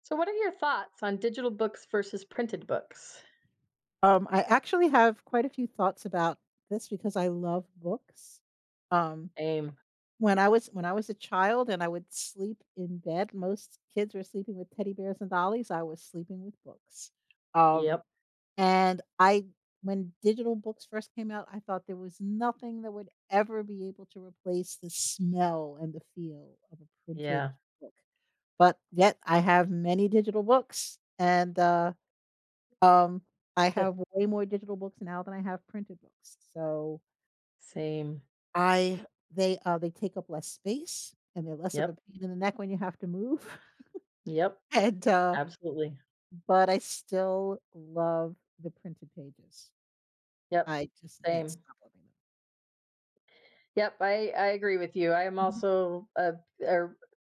So, what are your thoughts on digital books versus printed books? I actually have quite a few thoughts about this because I love books. Um, Same. when I was a child and I would sleep in bed, most kids were sleeping with teddy bears and dollies. I was sleeping with books. Um, Yep. and I when digital books first came out, I thought there was nothing that would ever be able to replace the smell and the feel of a Yeah. printed book. But yet I have many digital books and um, I have way more digital books now than I have printed books. So Same. I they take up less space and they're less of a Yep. pain in the neck when you have to move. Yep. And, Absolutely. but I still love the printed pages. Yep. I just can't Same. stop loving Yep. I agree with you. I am them. Mhm. also a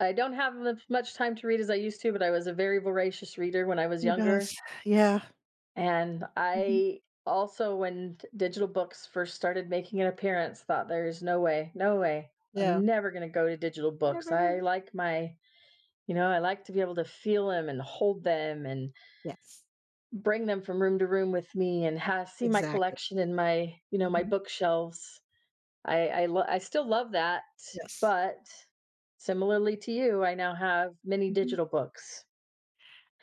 I don't have as much time to read as I used to, but I was a very voracious reader when I was Who younger, does? Yeah. and Mhm. I also when digital books first started making an appearance thought there is no way, no way, Yeah. I'm never going to go to digital books. I Never. like my— you know, I like to be able to feel them and hold them and Yes. bring them from room to room with me and see my Exactly. collection in my, you know, my Mhm. bookshelves. I I still love that, Yes. but similarly to you, I now have many Mhm. digital books.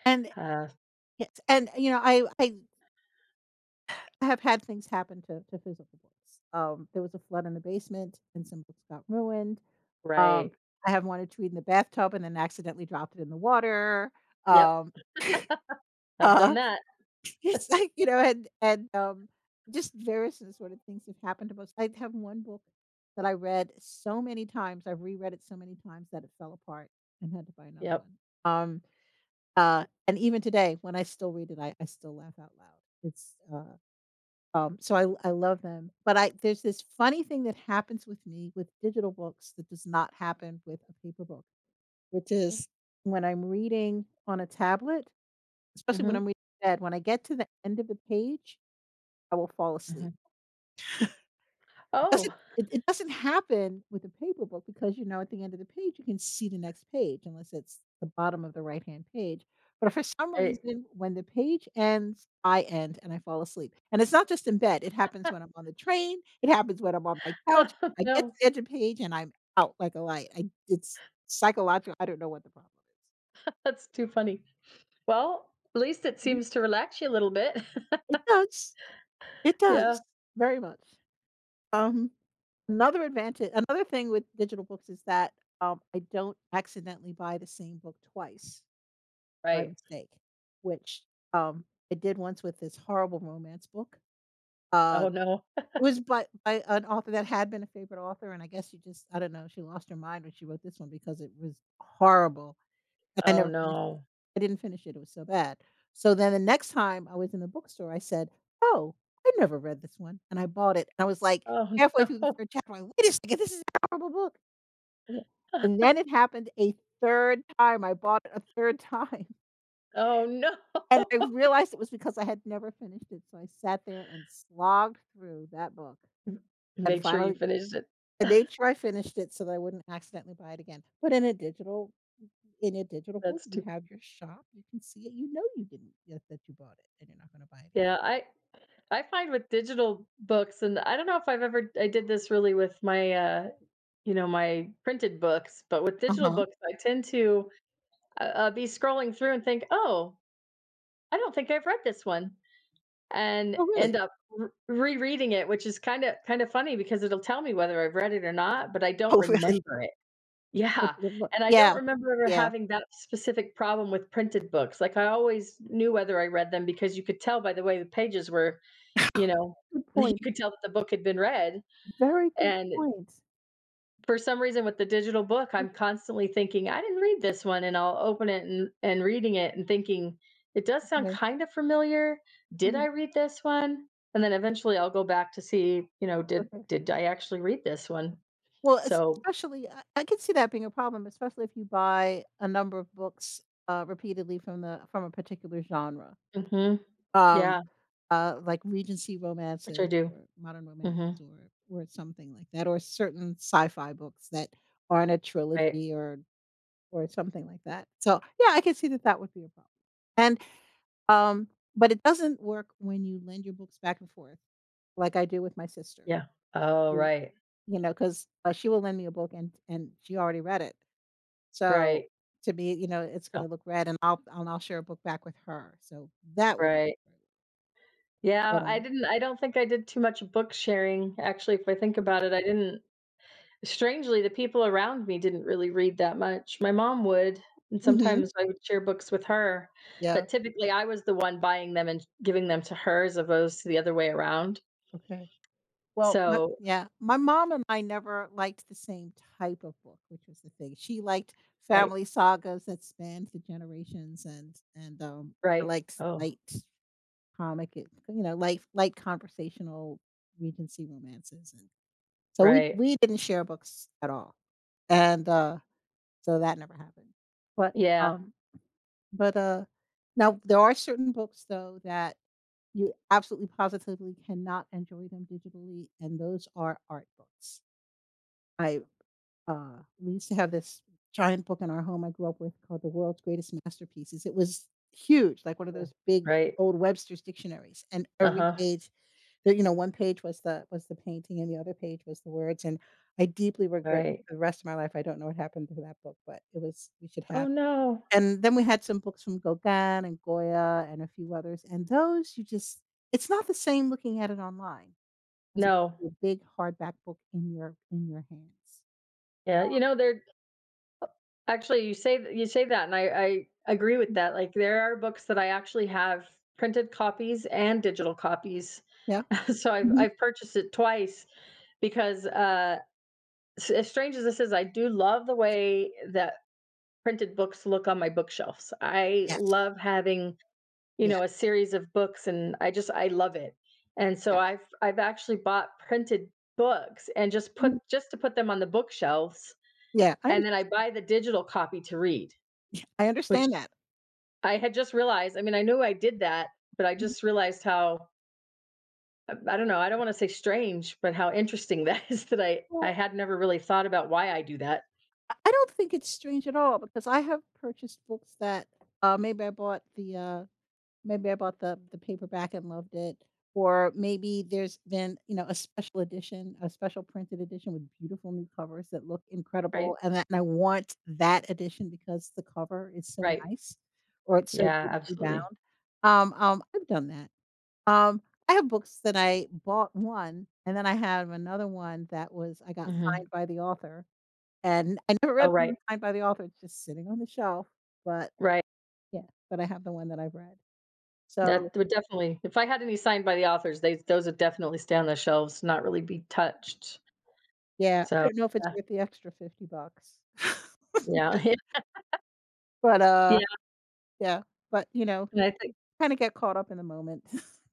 And Uh, yes, and, I I have had things happen to physical books. There was a flood in the basement and some books got ruined. Um, right. I have wanted to read in the bathtub and then accidentally dropped it in the water. Yep. Um, I've done uh, that. it's like, just various sort of things have happened to books. I have one book that I read so many times, I've reread it so many times that it fell apart and had to buy another Yep. one. Um, and even today, when I still read it, I still laugh out loud. It's, uh so I love them, but I there's this funny thing that happens with me with digital books that does not happen with a paper book, which is when I'm reading on a tablet, especially when Hmm. I'm reading in bed, when I get to the end of the page, I will fall asleep. Hmm. Doesn't Oh, it it doesn't happen with a paper book because, you know, at the end of the page, you can see the next page unless it's the bottom of the right-hand page, but for some right. reason, when the page ends, I end and I fall asleep, and it's not just in bed, it happens when I'm on the train, it happens when I'm on my couch, I get to No, the edge of the page and I'm out like a light, I it's psychological, I don't know what the problem that's too funny. Well, at least it is. Mhm. seems to relax you a little bit. It does, it Yeah. does, very much. Um, another thing with digital books is that, I don't accidentally buy the same book twice by Right. mistake, which, um, I did once with this horrible romance book. Uh, Oh no. it was by an author that had been a favorite author, and I guess she just I don't know, she lost her mind when she wrote this one because it was horrible. I Oh never finished it. no. I didn't finish it, it was so bad. So then the next time I was in the bookstore, I said, "Oh, I never read this one," and I bought it, and I was, like, Oh, halfway through the no. 3rd chapter, I'm like, "Wait a second, this is a horrible book." Yeah, and then it happened a 3rd time, I bought it a 3rd time, Oh, no. and I realized it was because I had never finished it, so I sat there and slogged through that book, and Make sure you finally finished it. I made sure I finished it so that I wouldn't accidentally buy it again, but in a digital book, That's you too have your shop, you can see it, you know you didn't that you bought it, and you're not gonna buy it again. Yeah, I find with digital books, and I don't know if I've ever I did this really with my, you know, my printed books, but with digital Uh-huh. books, I tend to, be scrolling through and think, "Oh, I don't think I've read this one," and "Oh, end really? up r rereading it, which is kinda funny because it'll tell me whether I've read it or not, but I don't Oh, really? remember it. But Yeah, you didn't look." and I don't Yeah. remember ever Yeah. having that specific problem with printed books, like, I always knew whether I read them because you could tell by the way the pages were, you know, Good you point. could tell that the book had been read, Very good and point. for some reason with the digital book, I'm constantly thinking, "I didn't read this one," and I'll open it and reading it and thinking, "It does sound "Okay. kinda familiar. Did Okay. I read this one?" And then eventually I'll go back to see, you know, Okay." did I actually read this one? Well, es So especially I could see that being a problem, especially if you buy a number of books, repeatedly from a particular genre. mhm, Um, yeah, like Regency which I romances do. or modern romances Mhm, or something like that, or certain sci-fi books that aren't a right. trilogy or something like that. So, yeah, I can see that that would be a problem. And, um, but it doesn't work when you lend your books back and forth, like I do with my sister, Yeah. Oh, who right. you know, 'cause, she will lend me a book and she already read it. So, Right. to me, you know, it's Oh, gonna look red, and I'll share a book back with her. So that wouldn't right. work. But, Yeah, um I don't think I did too much book sharing, actually, if I think about it. I didn't— strangely, the people around me didn't really read that much. My mom would, and Mhm. sometimes I would share books with her, Yeah. but typically I was the one buying them and giving them to her as opposed to the other way around. Okay. Well, My So yeah, my mom and I never liked the same type of book, which was the thing. She liked right, family sagas that spanned the generations, and I right. liked Oh, light comic, you know, light conversational Regency romances, and so we right. we didn't share books at all, and so that never happened. But Yeah. um, but now there are certain books though that you absolutely positively cannot enjoy them digitally, and those are art books. I, we used to have this giant book in our home I grew up with called The World's Greatest Masterpieces. It was huge, like one of Oh, those big right. old Webster's dictionaries, and every Uh-huh. page there you know, one page was the painting and the other page was the words, and I deeply regret Right. the rest of my life, I don't know what happened to that book, but it was we should Oh, have no. and then we had some books from Gauguin and Goya and a few others, and those you just it's not the same looking at it online as opposed No. to a big hardback book in your hands. Yeah, you know, there— actually, you say th you say that, and I agree with Mm, that, like, there are books that I actually have printed copies and digital copies. yeah, So I've mhm, I've purchased it twice because, s as strange as this is, I do love the yes, way that printed books look on my bookshelves. I yes, love having, you know, a yes, series of books, and I love it. And so yes. I've actually bought printed books and Mhm, just to put them on the bookshelves, yeah, and then I buy the digital copy to read, I which understand that. I had just realized, I mean, I knew I did that, but I Mhm. just realized how— I don't know, I don't want to say strange, but how interesting that is that I Well, had never really thought about why I do that, I don't think it's strange at all because I have purchased books that, uh, maybe I bought the, uh Maybe I bought the paperback and loved it, or maybe there's been, you know, a special edition, a special printed edition with beautiful new covers that look right? incredible, and I want that edition because the cover is so Right. nice, or it's so Yeah, beautifully absolutely. bound. I've done that. Um, I have books that I bought one, and then I have another one that was I got Mhm. signed by the author, and I never Oh, read the one right. signed by the author, it's just sitting on the shelf, but Right. yeah, but I have the one that I've read. So That would definitely— if I had any signed by the authors, they— those would definitely stay on the shelves, not really be touched. yeah, I So, don't know if it's yeah. worth the extra 50 bucks. Yeah. But, uh, Yeah, yeah, but, you know, and you I think kinda get caught up in the moment.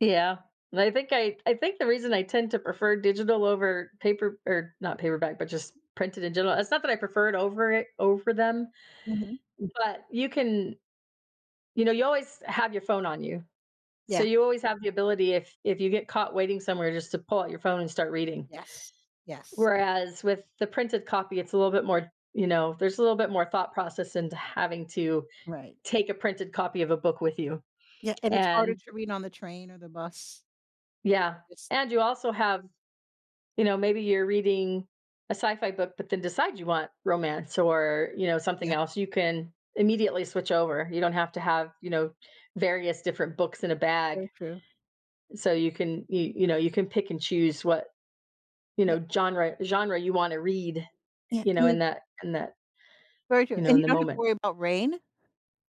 yeah. And I think I think the reason I tend to prefer digital over paper, or not paperback, but just printed in general. It's not that I prefer it over them, Mhm. but you can, you know, you always have your phone on you. So Yeah. you always have the ability, if you get caught waiting somewhere, just to pull out your phone and start reading. Yes, yes, Whereas with the printed copy, it's a little bit more, you know, there's a little bit more thought process into having to right. take a printed copy of a book with you. Yeah. And it's harder And to read on the train or the bus. yeah. It just And you also have— you Mm. know, maybe you're reading a sci-fi book, but then decide you want romance or, you know, something Yeah, else, you can immediately switch over. You don't have to have, you know, various different books in a bag. very true. So you can you, you know, you can pick and choose what, you Yeah, know, genre you want to read, yeah. you I know, mean, in that, very true, you know, and you in the don't have to moment. worry about rain?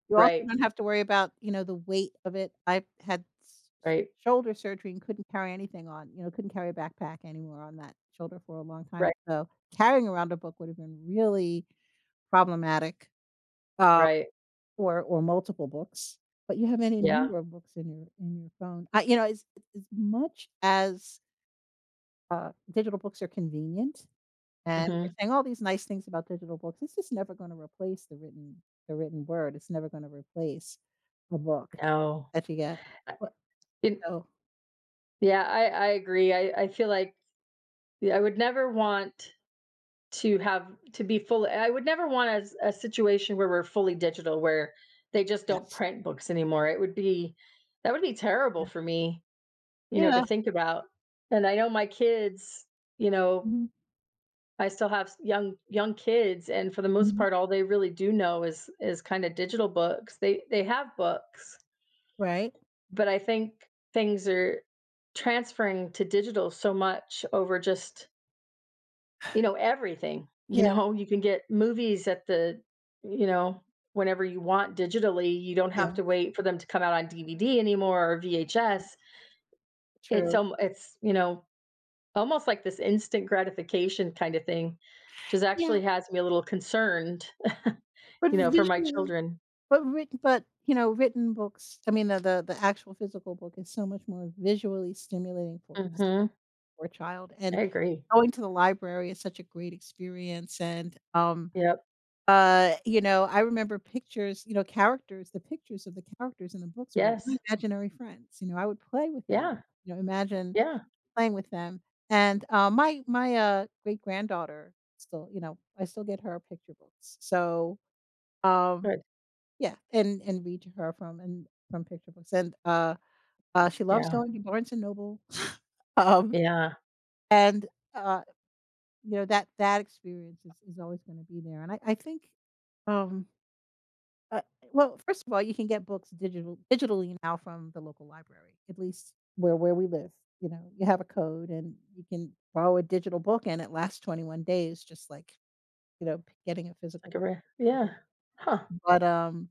You also Right. don't have to worry about, you know, the weight of it. I had s Right. shoulder surgery and couldn't carry anything on, you know, couldn't carry a backpack anymore on that shoulder for a long time, Right. so carrying around a book would have been really problematic, uh, Right. Or multiple books, but you have any Yeah. number of books in your phone. I you know, as much as, digital books are convenient and we're Mhm. saying all these nice things about digital books. It's just never gonna replace the written word. It's never gonna replace a book No. that you get. I- But it- so yeah, I agree. I feel like— yeah, I would never want— To have to be fully I would never want a situation where we're fully digital, where they just don't yes. print books anymore. It would be That would be terrible Yeah. for me, you know, to Yeah. think about. And I know my kids, you know, Mhm, I still have s young young kids, and for the most mhm. part, all they really do know is kinda digital books. They— they have books, Right? but I think things are transferring to digital so much over just— you know, everything, you Yeah, know, you can get movies at the— you know, whenever you want digitally, you don't yeah, have to wait for them to come out on DVD anymore or yeah. VHS. True. It's, you know, almost like this instant gratification kind of thing, which is Yeah, actually has me a little concerned, but you know, for my visually children. but written but, you know, written books I mean, the actual physical book is so much more visually stimulating Mhm. for a child, I and agree. going to the library is such a great experience, and, um Yep. Uh, you know, I remember pictures, you know, characters the pictures of the characters in the books are my Yes. imaginary friends, you know, I would play with them, Yeah. you know, imagine Yeah. playing with them, and, my great-granddaughter still you know, I still get her picture books, so, um, Good. yeah, and read to her from and from picture books, and she loves Yeah. going to Barnes& and Noble, um, Yeah. and, uh, you know, that that experience is always gonna be there, and I think, um Uh, well, first of all, you can get books digitally now from the local library, at least where we live. You know, you have a code and you can borrow a digital book and it lasts 21 days, just like, you know, getting a It's physical like a book. re Yeah. Huh. But um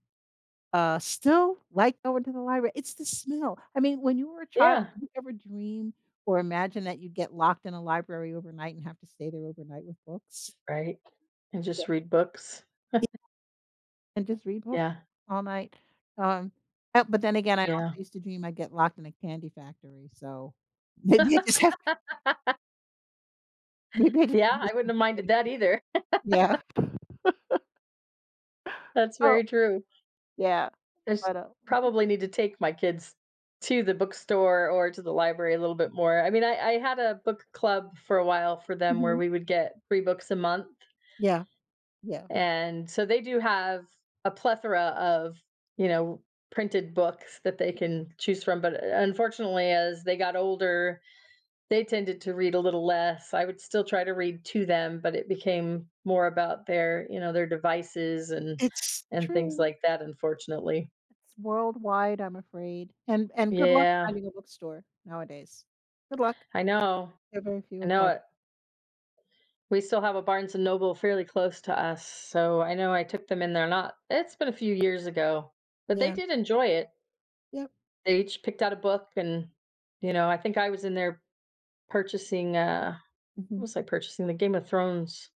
uh still like going to the library. It's the smell. I mean, when you were a child, Yeah. did you ever dream or imagine that you'd get locked in a library overnight and have to stay there overnight with books? Right. And Yeah. just read books. And just read books Yeah. all night. Um, but then again, I also Yeah. used to dream I'd get locked in a candy factory, so maybe I just have maybe I just Yeah, have this I wouldn't have minded that either. Yeah. That's Oh, very true. yeah, I s- but, Probably need to take my kids to the bookstore or to the library a little bit more. I mean, I had a book club for a while for them where mhm. we would get three books a month. Yeah, yeah. And so they do have a plethora of, you know, printed books that they can choose from. But unfortunately, as they got older, they tended to read a little less. I would still try to read to them, but it became more about their, you know, their devices and It's things true. like that, unfortunately. It's worldwide, I'm afraid, and good luck Yeah, finding a bookstore nowadays. Good luck. I know. There are very few I and know far it. We still have a Barnes& and Noble fairly close to us, so I know I took them in there— not— it's been a few years ago, but they Yeah. did enjoy it. Yep. They each picked out a book and, you know, I think I was in there purchasing, what Mhm. was I purchasing? The Game of Thrones,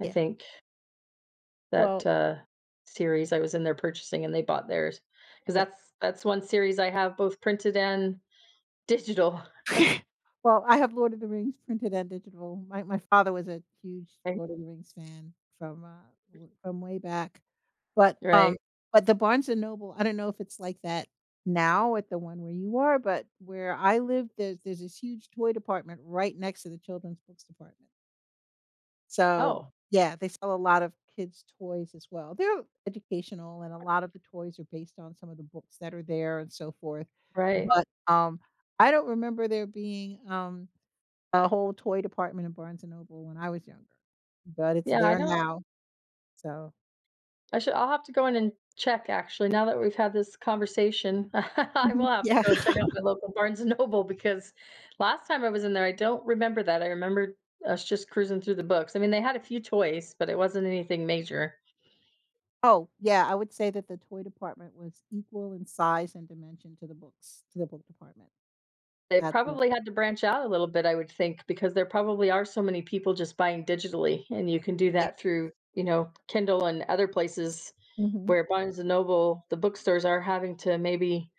I Yeah. think. Well, That, series. I was in there purchasing and they bought theirs, because yeah. That's one series I have both printed and digital, Well, I have Lord of the Rings printed and digital. My father was a huge right? Lord of the Rings fan from, w from way back, but, um Right. but the Barnes& and Noble, I don't know if it's like that now at the one where you are, but where I live, there's this huge toy department right next to the children's books department. So, Oh, yeah, they sell a lot of kids' toys as well. They're educational, and a lot of the toys are based on some of the books that are there and so forth, right. but, I don't remember there being, a whole toy department in Barnes& and Noble when I was younger, but it's Yeah, I there don't now, so I should— I'll have to go in and check actually, now that we've had this conversation, I Mhm, will have to yeah. go and check out my local Barnes& and Noble because last time I was in there, I don't remember that. I remember us just cruising through the books. I mean, they had a few toys, but it wasn't anything major. Oh, yeah, I would say that the toy department was equal in size and dimension to the books to the book department They at the probably had to branch out a little bit, I would think, because there probably are so many people just buying digitally, and you can do yeah. that through, you know, Kindle and other places Mhm. where Barnes& and Noble, the bookstores are having to maybe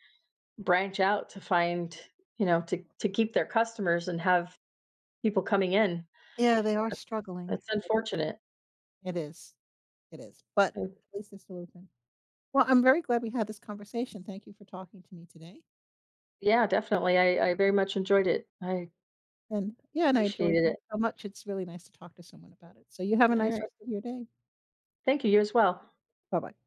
branch out to find, you know, to keep their customers and have people coming in. Yeah, they are That's struggling. that's unfortunate. It is, it is, but Uh, at least it's still open. Well, I'm very glad we had this conversation. Thank you for talking to me today, yeah, definitely. I and very much enjoyed it. I and yeah, and I enjoyed appreciated it. books so much. It's really nice to talk to someone about it. So you have a nice Alright. rest of your day. Thank you, you as well. Bye-bye.